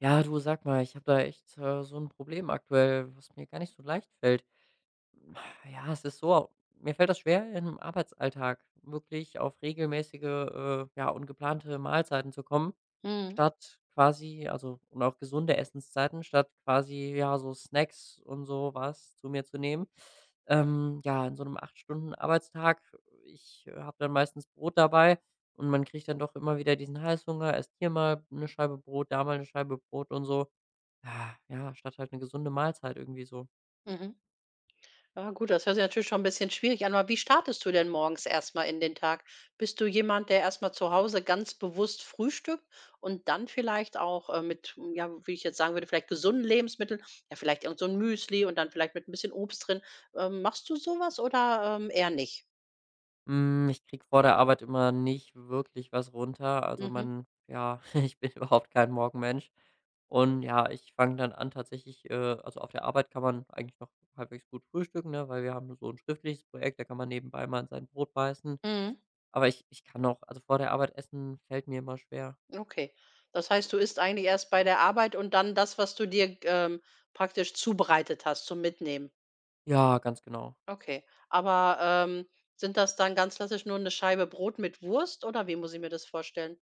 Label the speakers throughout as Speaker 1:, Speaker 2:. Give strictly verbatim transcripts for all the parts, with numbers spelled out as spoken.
Speaker 1: Ja, du sag mal, ich habe da echt äh, so ein Problem aktuell, was mir gar nicht so leicht fällt. Ja, es ist so, mir fällt das schwer, im Arbeitsalltag wirklich auf regelmäßige, äh, ja, und geplante Mahlzeiten zu kommen,
Speaker 2: Mhm,
Speaker 1: statt quasi, also und auch gesunde Essenszeiten, statt quasi, ja, so Snacks und so was zu mir zu nehmen. Ähm, ja, in so einem acht Stunden Arbeitstag, ich habe dann meistens Brot dabei. Und man kriegt dann doch immer wieder diesen Heißhunger, esst hier mal eine Scheibe Brot, da mal eine Scheibe Brot und so. Ah, ja, statt halt 'ne gesunde Mahlzeit irgendwie so.
Speaker 2: mhm. Ja gut, das hört sich natürlich schon ein bisschen schwierig an, aber wie startest du denn morgens erstmal in den Tag? Bist du jemand, der erstmal zu Hause ganz bewusst frühstückt und dann vielleicht auch, äh, mit, hm, ja, wie ich jetzt sagen würde, vielleicht gesunden Lebensmitteln, ja, vielleicht irgend so ein Müsli und dann vielleicht mit ein bisschen Obst drin. Ähm, machst du sowas oder, ähm, eher nicht?
Speaker 1: Hm, ich kriege vor der Arbeit immer nicht wirklich was runter. Also,
Speaker 2: Mhm,
Speaker 1: man ja, ich bin überhaupt kein Morgenmensch. Und ja, ich fange dann an tatsächlich äh, also, auf der Arbeit kann man eigentlich noch halbwegs gut frühstücken, ne, weil wir haben so 'n schriftliches Projekt, da kann man nebenbei mal in sein Brot beißen.
Speaker 2: mhm,
Speaker 1: Aber ich ich kann auch, also, vor der Arbeit essen fällt mir immer schwer.
Speaker 2: okay. Das heißt, du isst eigentlich erst bei der Arbeit und dann das, was du dir, ähm, praktisch zubereitet hast zum Mitnehmen?
Speaker 1: Ja, ganz genau.
Speaker 2: Okay. Aber, ähm, sind das dann ganz klassisch nur eine Scheibe Brot mit Wurst oder wie muss ich mir das vorstellen?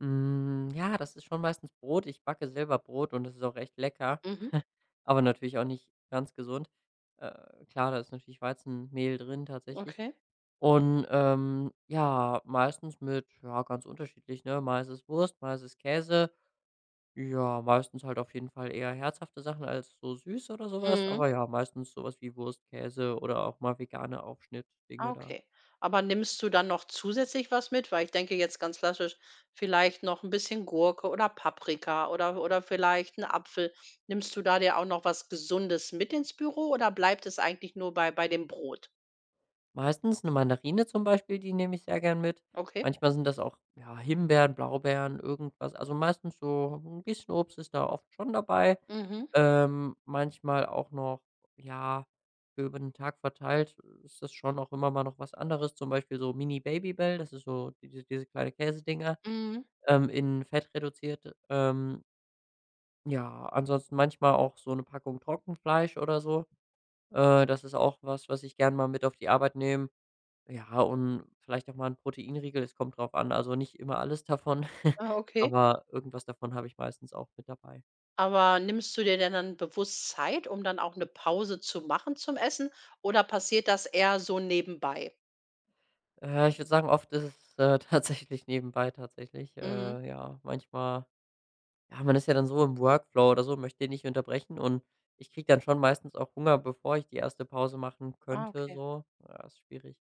Speaker 1: Hm, ja, das ist schon meistens Brot. Ich backe selber Brot und das ist auch recht lecker.
Speaker 2: Mhm,
Speaker 1: Aber natürlich auch nicht ganz gesund. Äh, klar, da ist natürlich Weizenmehl drin tatsächlich.
Speaker 2: okay.
Speaker 1: Und ähm, ja, meistens mit, ja, ganz unterschiedlich, ne? Mal ist es Wurst, mal ist es Käse. Ja, meistens halt auf jeden Fall eher herzhafte Sachen als so süß oder sowas.
Speaker 2: Mhm,
Speaker 1: Aber ja, meistens sowas wie Wurst, Käse oder auch mal vegane Aufschnittdinge
Speaker 2: ah,
Speaker 1: da.
Speaker 2: okay. Aber nimmst du dann noch zusätzlich was mit? Weil ich denke jetzt ganz klassisch vielleicht noch ein bisschen Gurke oder Paprika oder oder vielleicht 'n Apfel. Nimmst du da dir auch noch was Gesundes mit ins Büro oder bleibt es eigentlich nur bei bei dem Brot?
Speaker 1: Meistens eine Mandarine zum Beispiel, die nehme ich sehr gern mit.
Speaker 2: Okay.
Speaker 1: Manchmal sind das auch, ja, Himbeeren, Blaubeeren, irgendwas. Also, meistens so hm, ein bisschen Obst ist da oft schon dabei.
Speaker 2: Mhm,
Speaker 1: Ähm, manchmal auch noch, ja, für über den Tag verteilt ist das schon auch immer mal noch was anderes, zum Beispiel so Mini Babybel, das ist so diese diese kleine Käsedinger,
Speaker 2: mhm.
Speaker 1: ähm, in Fett reduziert. Ähm, ja, ansonsten manchmal auch so eine Packung Trockenfleisch oder so. Äh, das ist auch was, was ich gern mal mit auf die Arbeit nehme. Ja, und vielleicht auch mal 'n Proteinriegel, es kommt drauf an, also nicht immer alles davon,
Speaker 2: Ah, okay.
Speaker 1: aber irgendwas davon habe ich meistens auch mit dabei.
Speaker 2: Aber nimmst du dir denn dann bewusst Zeit, um dann auch eine Pause zu machen zum Essen oder passiert das eher so nebenbei?
Speaker 1: Äh, ich würde sagen, oft ist es, äh, tatsächlich nebenbei tatsächlich.
Speaker 2: Mhm.
Speaker 1: Äh, ja, manchmal ja, man ist ja dann so im Workflow oder so, möchte den nicht unterbrechen, und ich kriege dann schon meistens auch Hunger, bevor ich die erste Pause machen
Speaker 2: Ah,
Speaker 1: könnte
Speaker 2: okay.
Speaker 1: so. Ja, ist schwierig.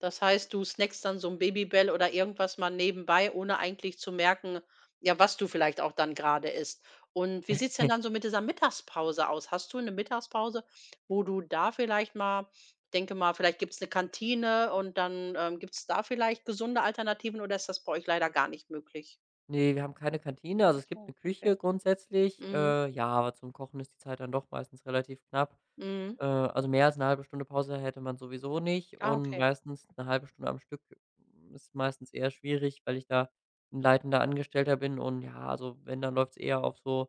Speaker 2: Das heißt, du snackst dann so ein Babybell oder irgendwas mal nebenbei, ohne eigentlich zu merken, ja, was du vielleicht auch dann gerade isst. Und wie sieht's denn dann so mit dieser Mittagspause aus? Hast du eine Mittagspause, wo du da vielleicht mal denke mal, vielleicht gibt's eine Kantine und dann, ähm, gibt's da vielleicht gesunde Alternativen oder ist das bei euch leider gar nicht möglich?
Speaker 1: Ne, wir haben keine Kantine. Also,
Speaker 2: Ach
Speaker 1: es gibt eine
Speaker 2: so, okay.
Speaker 1: Küche grundsätzlich,
Speaker 2: Mhm.
Speaker 1: äh, ja, aber zum Kochen ist die Zeit dann doch meistens relativ knapp.
Speaker 2: Mhm.
Speaker 1: Äh, also, mehr als eine halbe Stunde Pause hätte man sowieso nicht,
Speaker 2: Ah,
Speaker 1: und
Speaker 2: okay.
Speaker 1: meistens eine halbe Stunde am Stück mm, ist meistens eher schwierig, weil ich da ein leitender Angestellter bin und ja, also, wenn, dann läuft's eher auf so,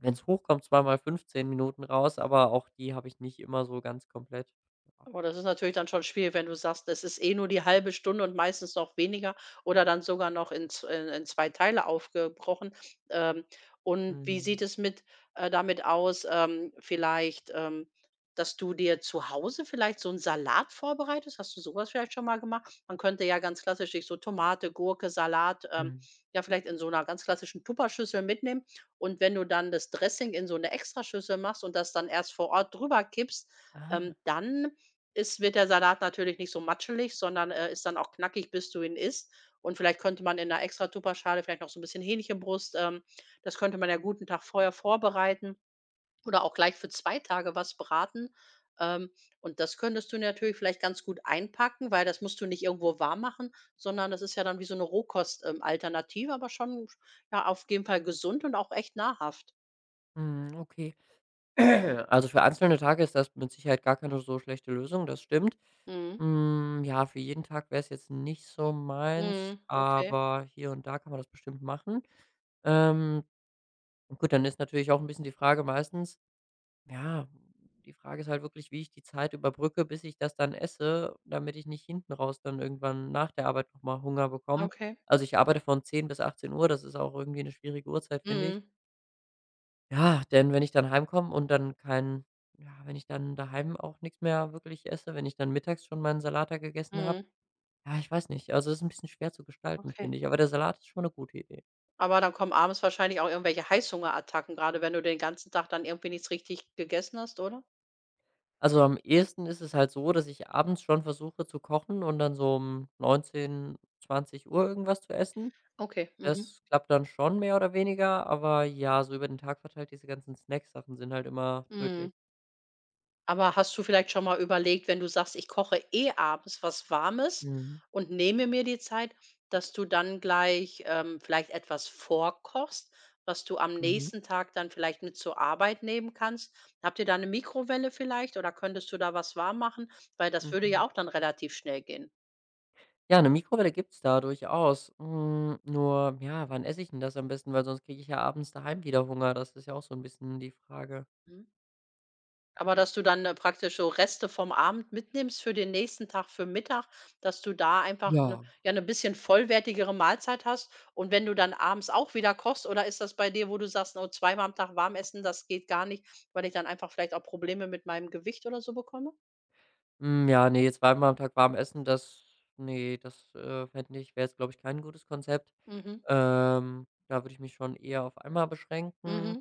Speaker 1: wenn's hochkommt, zweimal fünfzehn Minuten raus, aber auch die habe ich nicht immer so ganz komplett. Ja.
Speaker 2: Aber das ist natürlich dann schon schwierig, wenn du sagst, es ist eh nur die halbe Stunde und meistens noch weniger oder dann sogar noch in, z- in, in zwei Teile aufgebrochen. Ähm, und wie
Speaker 1: Mhm.
Speaker 2: sieht es mit äh, damit aus, ähm, vielleicht, ähm, dass du dir zu Hause vielleicht so einen Salat vorbereitest? Hast du sowas vielleicht schon mal gemacht? Man könnte ja ganz klassisch sich so Tomate, Gurke, Salat, ähm,
Speaker 1: Mhm.
Speaker 2: ja, vielleicht in so einer ganz klassischen Tupperschüssel mitnehmen. Und wenn du dann das Dressing in so eine Extraschüssel machst und das dann erst vor Ort drüber kippst,
Speaker 1: Ah,
Speaker 2: ähm, dann ist wird der Salat natürlich nicht so matschelig, sondern, äh, ist dann auch knackig, bis du ihn isst. Und vielleicht könnte man in 'ner extra Tupperschale vielleicht noch so ein bisschen Hähnchenbrust, ähm, das könnte man ja guten Tag vorher vorbereiten oder auch gleich für zwei Tage was braten. Ähm, und das könntest du natürlich vielleicht ganz gut einpacken, weil das musst du nicht irgendwo warm machen, sondern das ist ja dann wie so eine Rohkost, ähm, Alternative, aber schon ja, auf jeden Fall gesund und auch echt nahrhaft.
Speaker 1: mhm, okay. Ja, also für einzelne Tage ist das mit Sicherheit gar keine so schlechte Lösung, das stimmt.
Speaker 2: Mhm.
Speaker 1: Hm, ja, für jeden Tag wäre es jetzt nicht so meins,
Speaker 2: Mhm. Okay,
Speaker 1: aber hier und da kann man das bestimmt machen. Ähm, gut, dann ist natürlich auch ein bisschen die Frage meistens, ja, die Frage ist halt wirklich, wie ich die Zeit überbrücke, bis ich das dann esse, damit ich nicht hinten raus dann irgendwann nach der Arbeit noch mal Hunger bekomme.
Speaker 2: okay.
Speaker 1: Also, ich arbeite von zehn bis achtzehn Uhr. Das ist auch irgendwie eine schwierige Uhrzeit, finde ich.
Speaker 2: Mhm.
Speaker 1: Ja, denn wenn ich dann heimkomme und dann kein, ja, wenn ich dann daheim auch nichts mehr wirklich esse, wenn ich dann mittags schon meinen Salat da gegessen habe,
Speaker 2: Mhm.
Speaker 1: ja, ich weiß nicht. Also, das ist ein bisschen schwer zu gestalten,
Speaker 2: Okay.
Speaker 1: finde ich, aber der Salat ist schon eine gute Idee.
Speaker 2: Aber dann kommen abends wahrscheinlich auch irgendwelche Heißhungerattacken, gerade wenn du den ganzen Tag dann irgendwie nichts richtig gegessen hast, oder?
Speaker 1: Also, am ehesten ist es halt so, dass ich abends schon versuche zu kochen und dann so um neunzehn Uhr irgendwas zu essen.
Speaker 2: Okay, mhm.
Speaker 1: Das klappt dann schon mehr oder weniger, aber ja, so über den Tag verteilt, diese ganzen Snacksachen sind halt immer
Speaker 2: Mhm.
Speaker 1: tödlich.
Speaker 2: Aber hast du vielleicht schon mal überlegt, wenn du sagst: „Ich koche eh abends was Warmes
Speaker 1: Mhm.
Speaker 2: und nehme mir die Zeit“, dass du dann gleich, ähm, vielleicht etwas vorkochst, was du am
Speaker 1: Mhm.
Speaker 2: nächsten Tag dann vielleicht mit zur Arbeit nehmen kannst? Habt ihr da eine Mikrowelle vielleicht oder könntest du da was warm machen? Weil das würde
Speaker 1: Mhm.
Speaker 2: ja auch dann relativ schnell gehen.
Speaker 1: Ja, eine Mikrowelle gibt's da durchaus. Hm, nur, ja, wann esse ich denn das am besten? Weil sonst kriege ich ja abends daheim wieder Hunger. Das ist ja auch so ein bisschen die Frage.
Speaker 2: Mhm. Aber dass du dann, äh, praktisch so Reste vom Abend mitnimmst für den nächsten Tag für Mittag, dass du da einfach 'ne
Speaker 1: Ja.
Speaker 2: ja, eine bisschen vollwertigere Mahlzeit hast und wenn du dann abends auch wieder kochst oder ist das bei dir, wo du sagst: „Oh, zweimal am Tag warm essen, das geht gar nicht, weil ich dann einfach vielleicht auch Probleme mit meinem Gewicht oder so bekomme?“
Speaker 1: Hm, ja, ne, zweimal am Tag warm essen, das, nee, das, äh, fände ich, wäre jetzt, glaube ich, kein gutes Konzept.
Speaker 2: Mhm.
Speaker 1: Ähm, da würde ich mich schon eher auf einmal beschränken.
Speaker 2: Mhm.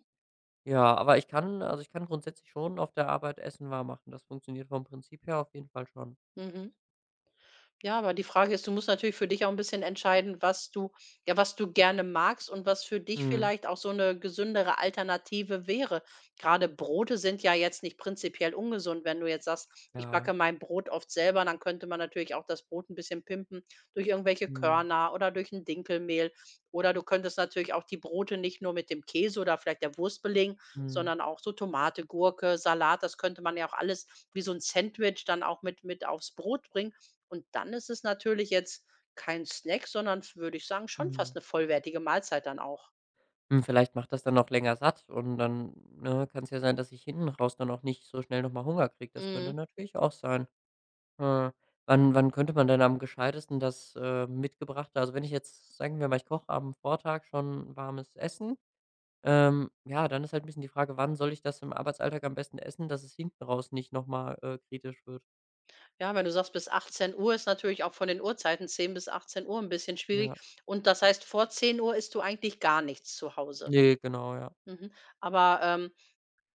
Speaker 1: Ja, aber ich kann, also, ich kann grundsätzlich schon auf der Arbeit Essen warm machen. Das funktioniert vom Prinzip her auf jeden Fall schon.
Speaker 2: Mhm. Ja, aber die Frage ist, du musst natürlich für dich auch ein bisschen entscheiden, was du ja, was du gerne magst und was für dich
Speaker 1: Mhm,
Speaker 2: vielleicht auch so eine gesündere Alternative wäre. Gerade Brote sind ja jetzt nicht prinzipiell ungesund. Wenn du jetzt sagst: „Ich
Speaker 1: ja.
Speaker 2: backe mein Brot oft selber“, dann könnte man natürlich auch das Brot ein bisschen pimpen durch irgendwelche
Speaker 1: Mhm,
Speaker 2: Körner oder durch ein Dinkelmehl. Oder du könntest natürlich auch die Brote nicht nur mit dem Käse oder vielleicht der Wurst belegen,
Speaker 1: mhm,
Speaker 2: sondern auch so Tomate, Gurke, Salat. Das könnte man ja auch alles wie so ein Sandwich dann auch mit mit aufs Brot bringen. Und dann ist es natürlich jetzt kein Snack, sondern würde ich sagen, schon
Speaker 1: mhm.
Speaker 2: fast eine vollwertige Mahlzeit dann auch.
Speaker 1: Hm, vielleicht macht das dann noch länger satt, und dann, ne, kann es ja sein, dass ich hinten raus dann auch nicht so schnell noch mal Hunger kriege. Das könnte
Speaker 2: Mhm.
Speaker 1: natürlich auch sein. Äh, wann wann könnte man denn am gescheitesten das, äh, mitgebrachte, also, wenn ich jetzt, sagen wir mal, ich koche am Vortag schon warmes Essen, ähm, ja, dann ist halt ein bisschen die Frage, wann soll ich das im Arbeitsalltag am besten essen, dass es hinten raus nicht noch mal, äh, kritisch wird?
Speaker 2: Ja, wenn du sagst, bis achtzehn Uhr ist natürlich auch von den Uhrzeiten zehn bis achtzehn Uhr ein bisschen
Speaker 1: Ja.
Speaker 2: schwierig. Und das heißt, vor zehn Uhr isst du eigentlich gar nichts zu Hause.
Speaker 1: Ne, genau, ja.
Speaker 2: Mhm. Aber, ähm,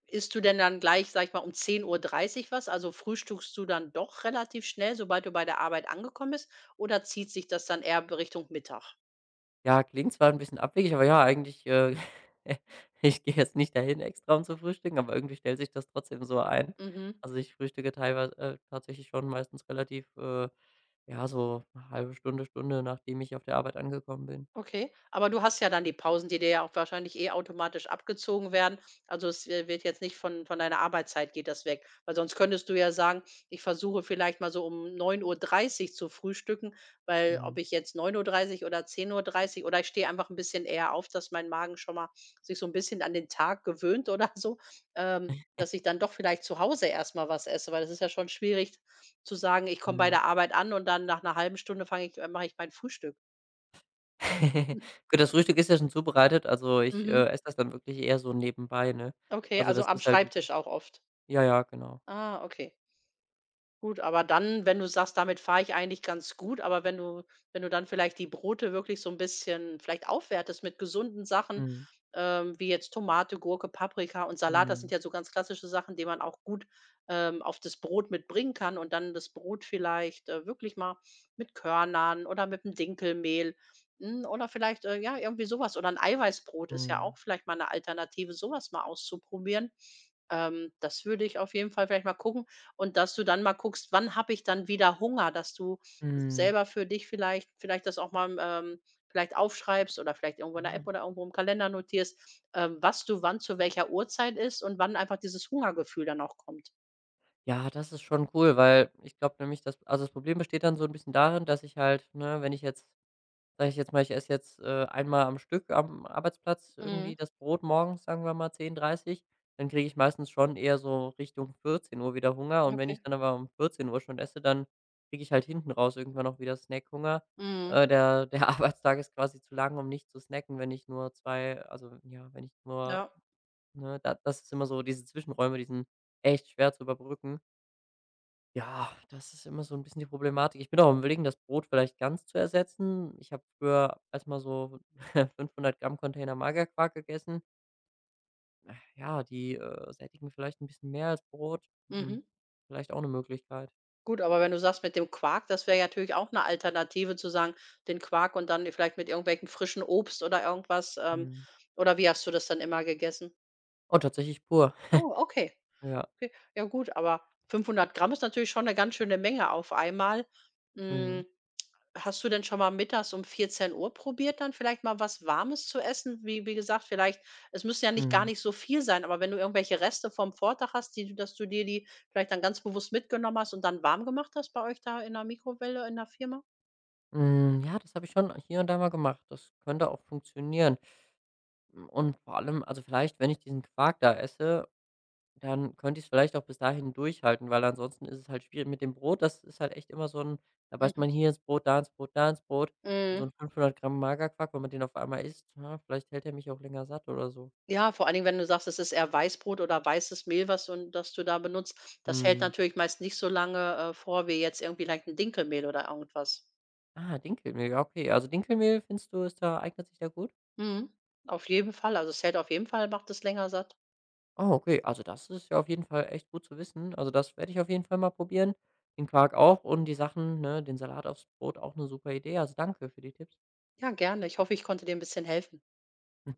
Speaker 2: isst du denn dann gleich, sage ich mal, um zehn Uhr dreißig was? Also, frühstückst du dann doch relativ schnell, sobald du bei der Arbeit angekommen bist, oder zieht sich das dann eher Richtung Mittag?
Speaker 1: Ja, klingt zwar ein bisschen abwegig, aber ja, eigentlich, äh ich gehe jetzt nicht dahin extra, um zu frühstücken, aber irgendwie stellt sich das trotzdem so ein.
Speaker 2: Mhm.
Speaker 1: Also, ich frühstücke teilweise äh, tatsächlich schon meistens relativ, äh, ja, so 'ne eine Stunde, Stunde, nachdem ich auf der Arbeit angekommen bin.
Speaker 2: Okay, aber du hast ja dann die Pausen, die dir ja auch wahrscheinlich eh automatisch abgezogen werden. Also es, äh, wird jetzt nicht von, von deiner Arbeitszeit geht das weg. Weil sonst könntest du ja sagen, ich versuche vielleicht mal so um neun Uhr dreißig zu frühstücken, weil ob
Speaker 1: Mhm,
Speaker 2: ich jetzt neun Uhr dreißig oder zehn Uhr dreißig oder ich stehe einfach ein bisschen eher auf, dass mein Magen schon mal sich so ein bisschen an den Tag gewöhnt oder so, ähm, dass ich dann doch vielleicht zu Hause erstmal was esse, weil es ist ja schon schwierig zu sagen, ich komme bei
Speaker 1: mhm.
Speaker 2: der Arbeit an und dann nach einer halben Stunde fange ich, äh, mache ich mein Frühstück.
Speaker 1: Gut, das Frühstück ist ja schon zubereitet, also ich,
Speaker 2: Mhm.
Speaker 1: äh, esse das dann wirklich eher so nebenbei, ne?
Speaker 2: Okay,
Speaker 1: Also,
Speaker 2: also
Speaker 1: das
Speaker 2: am
Speaker 1: ist halt,
Speaker 2: Schreibtisch auch oft?
Speaker 1: ja, ja, genau.
Speaker 2: Ah, okay. Gut, aber dann, wenn du sagst, damit fahre ich eigentlich ganz gut, aber wenn du wenn du dann vielleicht die Brote wirklich so ein bisschen vielleicht aufwertest mit gesunden Sachen,
Speaker 1: Mhm,
Speaker 2: ähm, wie jetzt Tomate, Gurke, Paprika und Salat, das
Speaker 1: mhm,
Speaker 2: sind ja so ganz klassische Sachen, die man auch gut, ähm, auf das Brot mitbringen kann und dann das Brot vielleicht, äh, wirklich mal mit Körnern oder mit dem Dinkelmehl, hm, oder vielleicht, äh, ja, irgendwie sowas oder ein Eiweißbrot ist ja
Speaker 1: mhm,
Speaker 2: auch vielleicht mal eine Alternative, sowas mal auszuprobieren. Ähm, das würde ich auf jeden Fall vielleicht mal gucken. Und dass du dann mal guckst, wann habe ich dann wieder Hunger, dass du
Speaker 1: mhm.
Speaker 2: selber für dich vielleicht vielleicht das auch mal, ähm vielleicht aufschreibst oder vielleicht irgendwo in der
Speaker 1: Ah.
Speaker 2: App oder irgendwo im Kalender notierst, ähm, was du wann zu welcher Uhrzeit isst und wann einfach dieses Hungergefühl dann auch kommt.
Speaker 1: Ja, das ist schon cool, weil ich glaube nämlich, dass, also, das Problem besteht dann so ein bisschen darin, dass ich halt, ne, wenn ich jetzt sage ich jetzt mal, ich esse jetzt, äh, einmal am Stück am Arbeitsplatz irgendwie
Speaker 2: Mhm,
Speaker 1: das Brot morgens, sagen wir mal zehn Uhr dreißig, dann kriege ich meistens schon eher so Richtung vierzehn Uhr wieder Hunger. Und wenn ich
Speaker 2: okay.
Speaker 1: dann aber um vierzehn Uhr schon esse, dann kriege ich halt hinten raus irgendwann auch wieder Snackhunger.
Speaker 2: Mhm.
Speaker 1: Äh, der der Arbeitstag ist quasi zu lang, um nicht zu snacken, wenn ich nur zwei, also, ja, wenn ich nur,
Speaker 2: Ja.
Speaker 1: ne, da, das ist immer so, diese Zwischenräume, die sind echt schwer zu überbrücken. Ja, das ist immer so ein bisschen die Problematik. Ich bin auch am Überlegen, das Brot vielleicht ganz zu ersetzen. Ich habe früher erstmal so fünfhundert Gramm Container Magerquark gegessen. Äh, ja, die, äh, sättigen vielleicht ein bisschen mehr als Brot. Mhm.
Speaker 2: Mhm.
Speaker 1: Vielleicht auch eine Möglichkeit.
Speaker 2: Gut, aber wenn du sagst mit dem Quark, das wäre ja natürlich auch eine Alternative zu sagen, den Quark und dann vielleicht mit irgendwelchem frischen Obst oder irgendwas, ähm
Speaker 1: Mhm.
Speaker 2: oder wie hast du das dann immer gegessen?
Speaker 1: Oh, tatsächlich pur.
Speaker 2: Oh, okay.
Speaker 1: Ja.
Speaker 2: Okay, ja gut, aber fünfhundert Gramm ist natürlich schon eine ganz schöne Menge auf einmal.
Speaker 1: Mhm.
Speaker 2: Hm, hast du denn schon mal mittags um vierzehn Uhr probiert, dann vielleicht mal was Warmes zu essen? Wie wie gesagt, vielleicht es müssen ja nicht gar
Speaker 1: Mhm.
Speaker 2: nicht so viel sein, aber wenn du irgendwelche Reste vom Vortag hast, die du dass du dir die vielleicht dann ganz bewusst mitgenommen hast und dann warm gemacht hast bei euch da in der Mikrowelle in der Firma?
Speaker 1: Hm, ja, das habe ich schon hier und da mal gemacht. Das könnte auch funktionieren. Hm, und vor allem, also, vielleicht, wenn ich diesen Quark da esse, dann könnte ich es vielleicht auch bis dahin durchhalten, weil ansonsten ist es halt schwierig mit dem Brot, das ist halt echt immer so ein, da beißt
Speaker 2: Mhm.
Speaker 1: man hier ins Brot, da ins Brot, da ins Brot, und so
Speaker 2: Mhm.
Speaker 1: ein fünfhundert Gramm Magerquark, wenn man den auf einmal isst, ja, vielleicht hält er mich auch länger satt oder so.
Speaker 2: Ja, vor allen Dingen, wenn du sagst, es ist eher Weißbrot oder weißes Mehl, was du das du da benutzt. Das hält
Speaker 1: Mhm.
Speaker 2: natürlich meist nicht so lange, äh, vor wie jetzt irgendwie leicht ein Dinkelmehl oder irgendwas.
Speaker 1: Ah, Dinkelmehl, ja, okay. Also, Dinkelmehl findest du, ist da, eignet sich da gut?
Speaker 2: Mhm. Auf jeden Fall. Also, es hält auf jeden Fall macht es länger satt.
Speaker 1: Ah, okay, also, das ist ja auf jeden Fall echt gut zu wissen. Also, das werde ich auf jeden Fall mal probieren. Den Quark auch und die Sachen, ne, den Salat aufs Brot, auch eine super Idee. Also, danke für die Tipps.
Speaker 2: Ja, gerne. Ich hoffe, ich konnte dir ein bisschen helfen.